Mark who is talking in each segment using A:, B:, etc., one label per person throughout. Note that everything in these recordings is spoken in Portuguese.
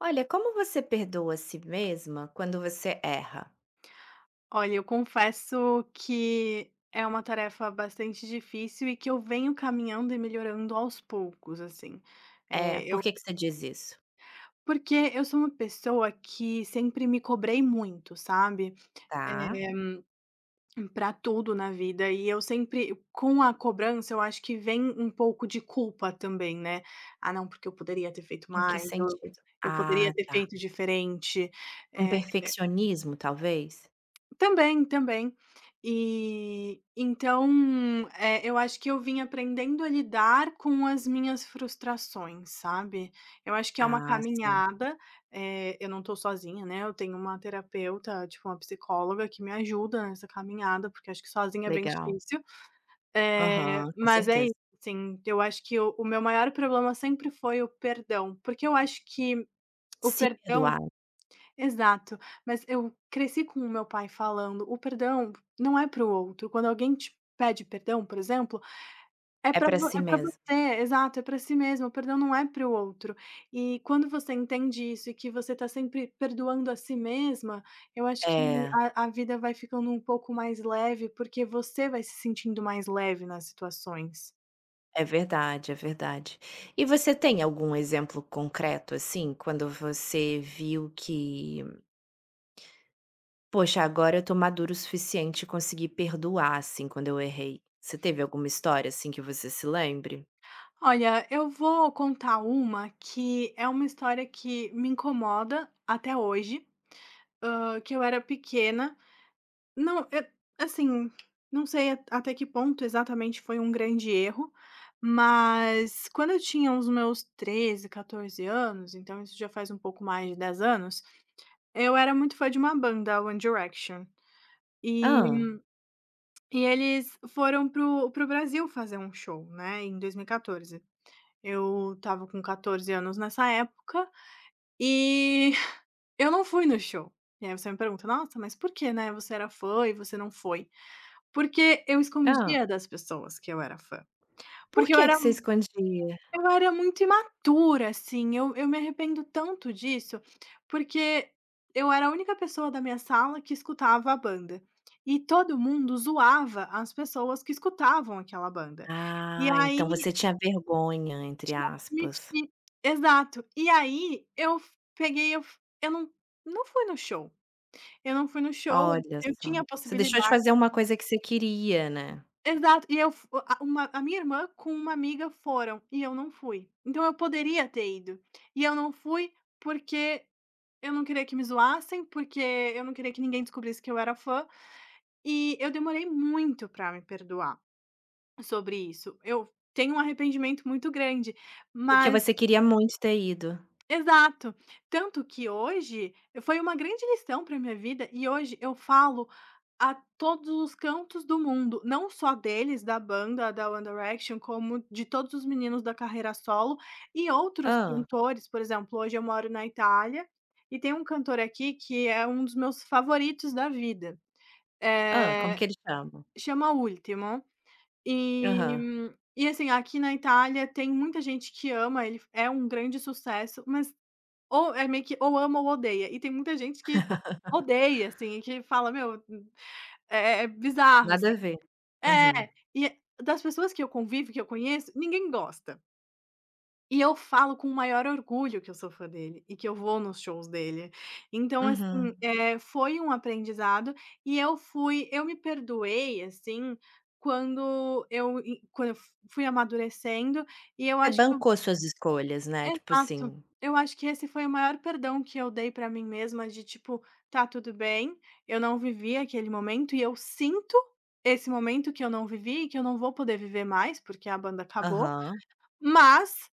A: Olha, como você perdoa a si mesma quando você erra?
B: Olha, eu confesso que é uma tarefa bastante difícil e que eu venho caminhando e melhorando aos poucos, assim.
A: É,
B: Eh,
A: por que que você diz isso?
B: porque eu sou uma pessoa que sempre me cobrei muito, sabe? Para
A: Tá,
B: tudo na vida. E eu sempre, com a cobrança, eu acho que vem um pouco de culpa também, né? Ah, não, porque eu poderia ter feito
A: em que
B: mais, ou
A: sentido?
B: eu poderia
A: Ah,
B: ter
A: tá.
B: feito diferente.
A: Um
B: Eh,
A: perfeccionismo, talvez?
B: Também, também. E então, eu acho que eu vim aprendendo a lidar com as minhas frustrações, sabe. Eu acho que é uma
A: Ah, sim,
B: caminhada, eu não estou sozinha, né, eu tenho uma terapeuta, tipo, uma psicóloga que me ajuda nessa caminhada, porque acho que sozinha é bem
A: legal.
B: difícil. Eh,
A: Aham, com
B: mas é isso,
A: certeza.
B: assim, eu acho que o meu maior problema sempre foi o perdão, porque eu acho que o
A: Se
B: perdão.
A: perdoar
B: Exato, mas eu cresci com o meu pai falando: "O perdão não é para o outro, quando alguém te pede perdão, por exemplo, é
A: é
B: para
A: pra si
B: é para
A: mesma.
B: você, exato, é para si mesmo, o perdão não é para o outro". E quando você entende isso e que você está sempre perdoando a si mesma, eu acho que
A: É,
B: a vida vai ficando um pouco mais leve, porque você vai se sentindo mais leve nas situações.
A: é verdade, é verdade. E você tem algum exemplo concreto, assim, quando você viu que Poxa, agora eu tô maduro o suficiente e consegui perdoar, assim, quando eu errei. Você teve alguma história, assim, que você se lembre?
B: Olha, eu vou contar uma que é uma história que me incomoda até hoje. Que eu era pequena. Não, assim, não sei a até que ponto exatamente foi um grande erro, mas quando eu tinha os meus 13, 14 anos, então isso já faz um pouco mais de 10 anos, eu era muito fã de uma banda, One Direction. E
A: Ah,
B: e eles foram pro o Brasil fazer um show, né, em 2014. Eu estava com 14 anos nessa época e eu não fui no show. E aí você me pergunta: "Nossa, mas por que, né, você era fã e você não foi?" Porque eu
A: ah.
B: escondia das pessoas que eu era fã.
A: Por
B: Porque eu
A: que
B: era
A: que você escondia?
B: eu era muito imatura, assim, eu me arrependo tanto disso, porque eu era a única pessoa da minha sala que escutava a banda. E todo mundo zoava as pessoas que escutavam aquela banda. E
A: Ah, então
B: aí
A: você tinha vergonha,
B: te
A: entre aspas.
B: admitir. Exato. E aí eu f peguei eu não fui no show. Eu não fui no show,
A: Olha
B: eu
A: só.
B: tinha a
A: Você deixou de
B: possibilidade.
A: fazer uma coisa que você queria, né.
B: Exato, e eu f a uma a minha irmã com uma amiga foram, e eu não fui. Então eu poderia ter ido, e eu não fui porque eu não queria que me zoassem, porque eu não queria que ninguém descobrisse que eu era fã, e eu demorei muito pra me perdoar sobre isso. Eu tenho um arrependimento muito grande,
A: Porque
B: mas.
A: você queria muito ter ido.
B: Exato, tanto que hoje foi uma grande lição pra minha vida e hoje eu falo a todos os cantos do mundo, não só deles, da banda, da One Direction, como de todos os meninos da carreira solo e outros
A: Ah,
B: cantores, por exemplo, hoje eu moro na Itália e tem um cantor aqui que é um dos meus favoritos da vida,
A: ah. Como
B: eh,
A: que eles chamam?
B: chama Ultimo
A: Aham,
B: e e assim, aqui na Itália tem muita gente que ama ele, é um grande sucesso, mas ou é meio que ou ama ou odeia, e tem muita gente que odeia, assim, e que fala: "Meu, é bizarro
A: nada
B: assim".
A: a ver.
B: É,
A: Uhum,
B: e das pessoas que eu convivo, que eu conheço, ninguém gosta. E eu falo com o maior orgulho que eu sou fã dele e que eu vou nos shows dele. Então, assim,
A: uhum.
B: foi um aprendizado e eu me perdoei, assim, quando eu e quando eu f fui amadurecendo e eu
A: Você
B: acho que.
A: bancou suas escolhas, né, tipo
B: Exato.
A: assim.
B: Eu acho que esse foi o maior perdão que eu dei pra mim mesma de, tipo, tá tudo bem, eu não vivi aquele momento e eu sinto esse momento que eu não vivi e que eu não vou poder viver mais, porque a banda acabou,
A: Aham.
B: mas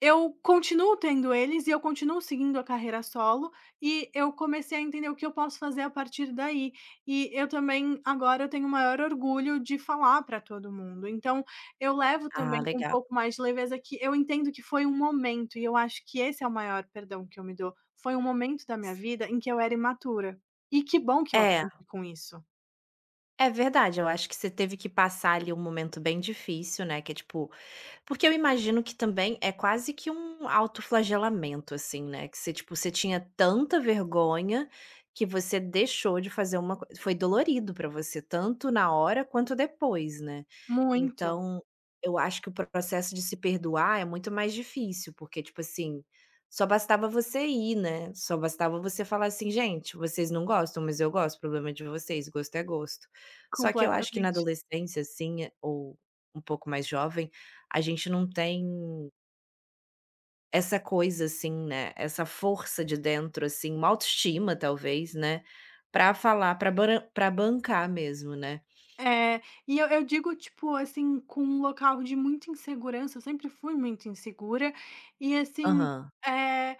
B: eu continuo tendo eles e eu continuo seguindo a carreira solo, e eu comecei a entender o que eu posso fazer a partir daí. E eu também agora eu tenho o maior orgulho de falar para todo mundo. Então eu levo
A: Ah,
B: também com um
A: legal.
B: pouco mais de leveza que eu entendo que foi um momento, e eu acho que esse é o maior perdão que eu me dou. Foi um momento da minha vida em que eu era imatura. E que bom que eu
A: É.
B: aprendi com isso.
A: É verdade, eu acho que você teve que passar ali um momento bem difícil, né, que é tipo porque eu imagino que também é quase que um autoflagelamento, assim, né, que você, tipo, você tinha tanta vergonha que você deixou de fazer uma coi foi dolorido pra você, tanto na hora quanto depois, né.
B: Muito,
A: Então, eu acho que o processo de se perdoar é muito mais difícil, porque, tipo assim, só bastava você ir, né, só bastava você falar assim: "Gente, vocês não gostam, mas eu gosto, problema é de vocês, gosto é gosto". Só que eu acho que na
B: completamente.
A: adolescência, assim, é- ou um pouco mais jovem, a gente não tem essa coisa, assim, né, essa força de dentro, assim, uma autoestima talvez, né, pra falar, pra bran pra bancar mesmo, né.
B: É, e eu digo, tipo, assim, com um local de muita insegurança, eu sempre fui muito insegura, e assim,
A: Aham.
B: eh,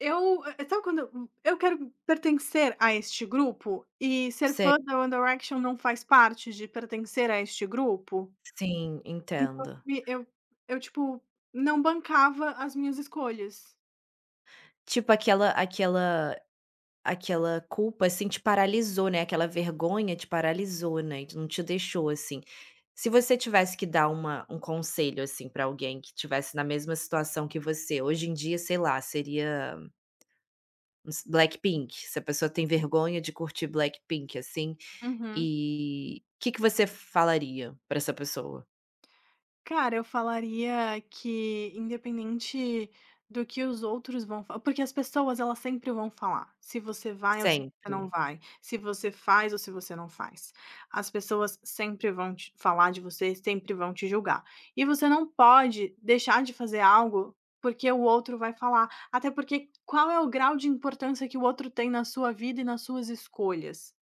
B: sabe quando eu quero pertencer a este grupo, e ser
A: Sei,
B: fã da One Direction não faz parte de pertencer a este grupo,
A: sim,
B: então
A: entendo.
B: me eu, tipo, não bancava as minhas escolhas.
A: Tipo aquela aquela culpa, assim, te paralisou, né, aquela vergonha te paralisou, né, não te deixou, assim. Se você tivesse que dar uma um conselho, assim, pra alguém que estivesse na mesma situação que você, hoje em dia, sei lá, seria s- Blackpink, se a pessoa tem vergonha de curtir Blackpink, assim,
B: Uhum.
A: e o que que você falaria pra essa pessoa?
B: Cara, eu falaria que independente do que os outros vão fa porque as pessoas elas sempre vão falar, se você vai ou se você
A: Sempre.
B: não vai, se você faz ou se você não faz. As pessoas sempre vão te falar de você, sempre vão te julgar. E você não pode deixar de fazer algo porque o outro vai falar, até porque qual é o grau de importância que o outro tem na sua vida e nas suas escolhas?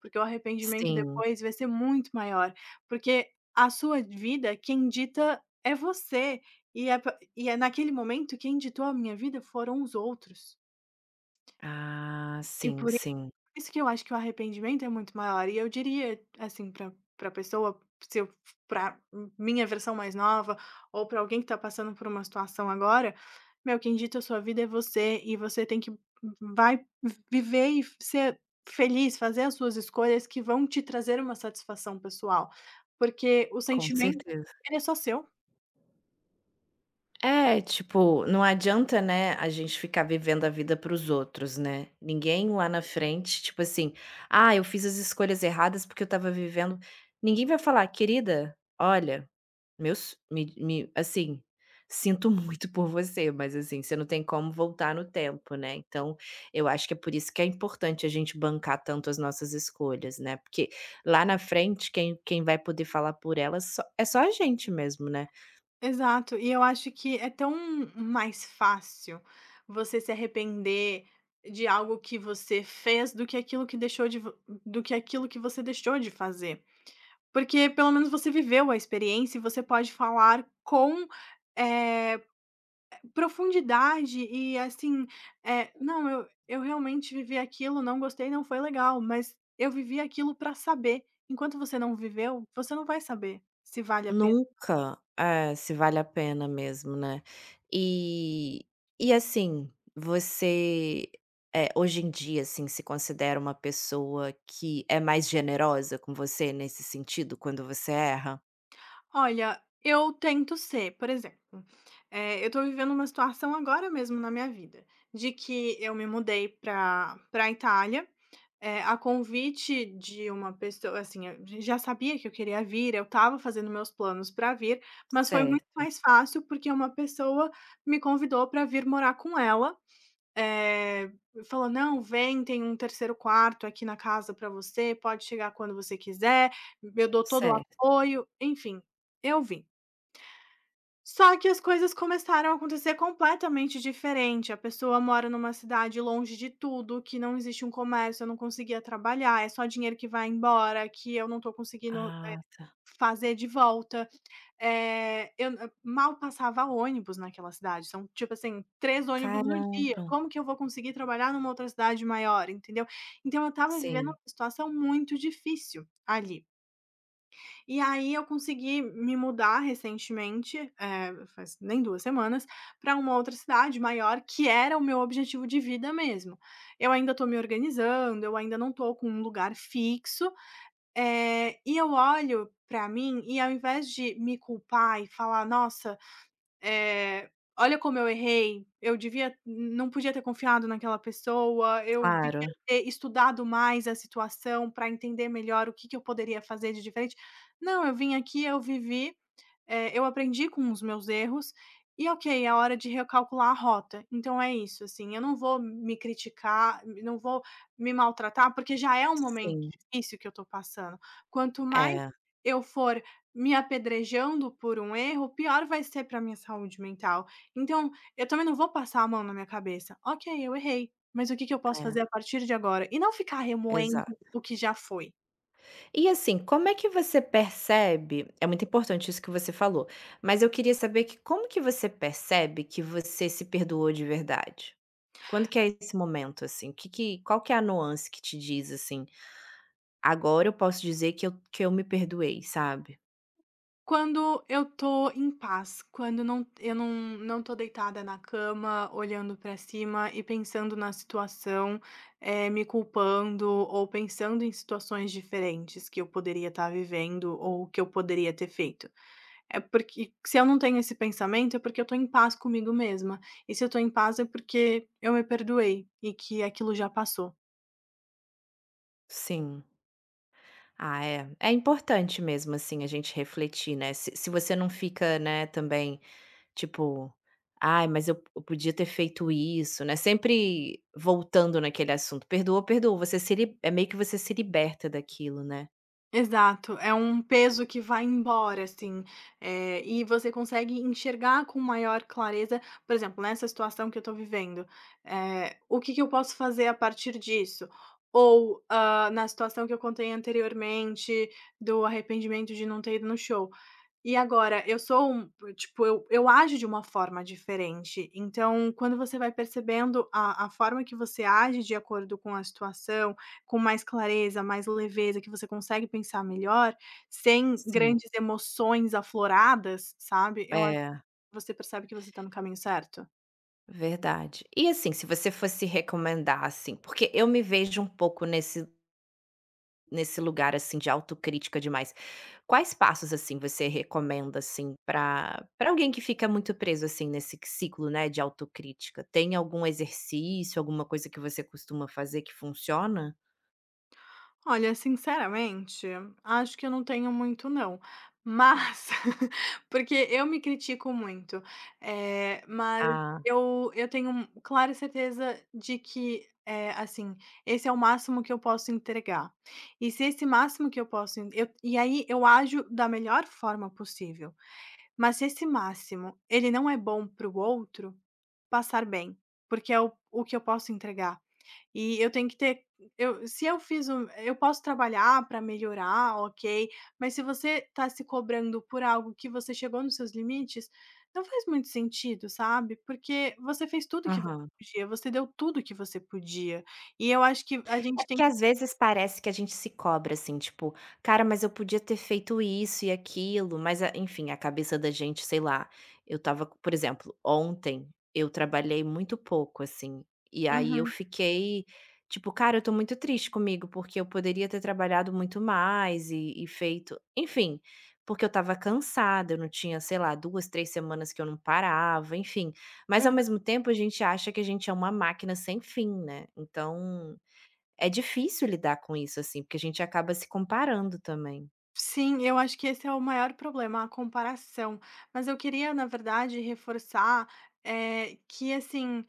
B: Porque o arrependimento
A: Sim.
B: depois vai ser muito maior, porque a sua vida, quem dita é você, e é pa e é naquele momento quem ditou a minha vida foram os outros.
A: Ah,
B: E
A: sim,
B: por
A: sim,
B: isso que eu acho que o arrependimento é muito maior. E eu diria, assim, pra pessoa, se eu pra minha versão mais nova, ou pra alguém que tá passando por uma situação agora, meu, quem dita a sua vida é você, e você tem que vai viver e ser feliz, fazer as suas escolhas que vão te trazer uma satisfação pessoal, porque o
A: com
B: sentimento,
A: certeza.
B: ele é só seu.
A: É, tipo, não adianta, né, a gente ficar vivendo a vida para os outros, né? Ninguém lá na frente, tipo assim, ah, eu fiz as escolhas erradas porque eu estava vivendo. Ninguém vai falar, querida, olha, meus, me- assim, sinto muito por você, mas assim, você não tem como voltar no tempo, né? Então, eu acho que é por isso que é importante a gente bancar tanto as nossas escolhas, né? Porque lá na frente, quem vai poder falar por elas só- é só a gente mesmo, né?
B: Exato, e eu acho que é tão mais fácil você se arrepender de algo que você fez do que aquilo que deixou de vo do que aquilo que você deixou de fazer. Porque pelo menos você viveu a experiência e você pode falar com, eh, profundidade e assim, "Não, eu realmente vivi aquilo, não gostei, não foi legal, mas eu vivi aquilo para saber". Enquanto você não viveu, você não vai saber se vale a.
A: Nunca. É, se vale a pena mesmo, né. E e assim, você, hoje em dia, assim, se considera uma pessoa que é mais generosa com você nesse sentido, quando você erra?
B: Olha, eu tento ser, por exemplo, eu tô vivendo uma situação agora mesmo na minha vida, de que eu me mudei pra Itália, a convite de uma pessoa assim, eu já sabia que eu queria vir, eu estava fazendo meus planos pra vir, mas foi muito
A: Certo,
B: mais fácil, porque uma pessoa me convidou pra vir morar com ela eh, falou: "Não, vem, tem um terceiro quarto aqui na casa para você, pode chegar quando você quiser, eu dou todo o
A: certo.
B: apoio", enfim, eu vim. Só que as coisas começaram a acontecer completamente diferente, a pessoa mora numa cidade longe de tudo, que não existe um comércio, eu não conseguia trabalhar, é só dinheiro que vai embora, que eu não tô conseguindo
A: Ah,
B: fazer de volta. Eu n mal passava ônibus naquela cidade, são, tipo assim, 3 ônibus no dia,
A: caramba.
B: como que eu vou conseguir trabalhar numa outra cidade maior, entendeu? Então eu estava vivendo uma
A: Sim,
B: situação muito difícil ali. E aí eu consegui me mudar recentemente, faz nem 2 semanas, para uma outra cidade maior, que era o meu objetivo de vida mesmo. Eu ainda tô me organizando, eu ainda não tô com um lugar fixo, e eu olho pra mim e ao invés de me culpar e falar: "Nossa, eh, olha como eu errei, eu devia não podia ter confiado naquela pessoa, eu
A: claro.
B: devia ter estudado mais a situação para entender melhor o que que eu poderia fazer de diferente". Não, eu vim aqui, eu vivi eu aprendi com os meus erros e ok, é hora de recalcular a rota. Então é isso, assim, eu não vou me criticar, não vou me maltratar, porque já é um momento
A: Sim.
B: difícil que eu tô passando. Quanto mais
A: É,
B: eu for me apedrejando por um erro, pior vai ser para minha saúde mental. Então, eu também não vou passar a mão na minha cabeça. Ok, eu errei, mas o que que eu posso
A: é,
B: fazer a partir de agora? E não ficar remoendo
A: exato.
B: o que já foi.
A: E assim, como é que você percebe é muito importante isso que você falou, mas eu queria saber que como que você percebe que você se perdoou de verdade? Quando que é esse momento, assim? Que qual que é a nuance que te diz, assim: "Agora eu posso dizer que eu me perdoei", sabe?
B: Quando eu tô em paz, quando eu não tô deitada na cama, olhando pra cima e pensando na situação, me culpando ou pensando em situações diferentes que eu poderia estar vivendo ou que eu poderia ter feito. É porque se eu não tenho esse pensamento, é porque eu tô em paz comigo mesma, e se eu tô em paz é porque eu me perdoei e que aquilo já passou.
A: Sim. Ah, é. É importante mesmo, assim, a gente refletir, né, se você não fica, né, também tipo: "Ai, mas eu podia ter feito isso", né, sempre voltando naquele assunto. Perdoou, perdoou, você se li é meio que você se liberta daquilo, né.
B: Exato, é um peso que vai embora, assim, e você consegue enxergar com maior clareza, por exemplo, nessa situação que eu estou vivendo, o que que eu posso fazer a partir disso? Ou, na situação que eu contei anteriormente do arrependimento de não ter ido no show. E agora, eu sou tipo, eu ajo de uma forma diferente, então quando você vai percebendo a forma que você age de acordo com a situação, com mais clareza, mais leveza, que você consegue pensar melhor, sem
A: Sim.
B: grandes emoções afloradas, sabe, eu acho
A: É,
B: que você percebe que você está no caminho certo.
A: verdade. E, assim, se você fosse recomendar, assim porque eu me vejo um pouco nesse lugar, assim, de autocrítica demais. Quais passos, assim, você recomenda, assim, para alguém que fica muito preso, assim, nesse ciclo, né, de autocrítica? Tem algum exercício, alguma coisa que você costuma fazer que funciona?
B: Olha, sinceramente, acho que eu não tenho muito não, mas porque eu me critico muito, mas
A: Ah.
B: eu tenho clara certeza de que, assim, esse é o máximo que eu posso entregar. E se esse máximo que eu posso en eu e aí eu ajo da melhor forma possível, mas se esse máximo ele não é bom para o outro, passar bem, porque é o que eu posso entregar. E eu tenho que ter eu se eu fiz o eu posso trabalhar para melhorar, ok, mas se você tá se cobrando por algo que você chegou nos seus limites, não faz muito sentido, sabe, porque você fez tudo que você
A: Aham.
B: podia, você deu tudo que você podia. E eu acho que a
A: É
B: gente tem
A: porque
B: que.
A: às vezes parece que a gente se cobra assim, tipo: "Cara, mas eu podia ter feito isso e aquilo", mas a enfim, a cabeça da gente, sei lá, eu estava por exemplo, ontem eu trabalhei muito pouco, assim, e aí eu
B: Uhum,
A: fiquei, tipo: "Cara, eu tô muito triste comigo, porque eu poderia ter trabalhado muito mais e feito" enfim, porque eu estava cansada, eu não tinha, sei lá, 2, 3 semanas que eu não parava, enfim. Mas ao
B: aham.
A: mesmo tempo a gente acha que a gente é uma máquina sem fim, né, então é difícil lidar com isso, assim, porque a gente acaba se comparando também.
B: Sim, eu acho que esse é o maior problema, a comparação. Mas eu queria, na verdade, reforçar, que assim.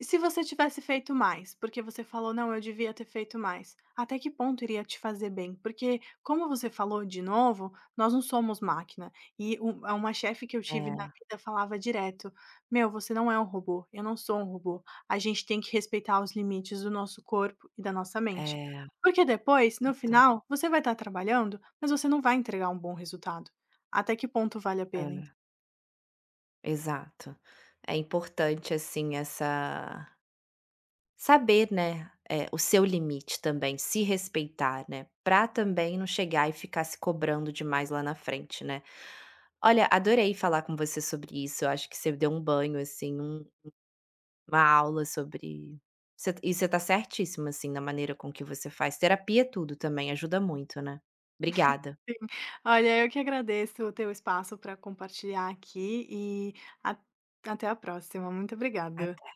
B: E se você tivesse feito mais? Porque você falou: "Não, eu devia ter feito mais". Até que ponto iria te fazer bem? Porque, como você falou de novo, nós não somos máquina. E um a uma chefe que eu tive na
A: É,
B: vida falava direto: "Meu, você não é um robô, eu não sou um robô. A gente tem que respeitar os limites do nosso corpo e da nossa mente".
A: é,
B: Porque depois, no
A: total.
B: final, você vai estar trabalhando, mas você não vai entregar um bom resultado. Até que ponto vale a pena, então?
A: É, exato. É importante, assim, essa saber, né, o seu limite também, se respeitar, né, pra também não chegar e ficar se cobrando demais lá na frente, né. Olha, adorei falar com você sobre isso, eu acho que você deu um banho, assim, um uma aula sobre você e você tá certíssima, assim, na maneira com que você faz terapia é tudo também, ajuda muito, né. Obrigada.
B: Olha, eu que agradeço o teu espaço para compartilhar aqui e a- até a próxima. Muito obrigada.
A: A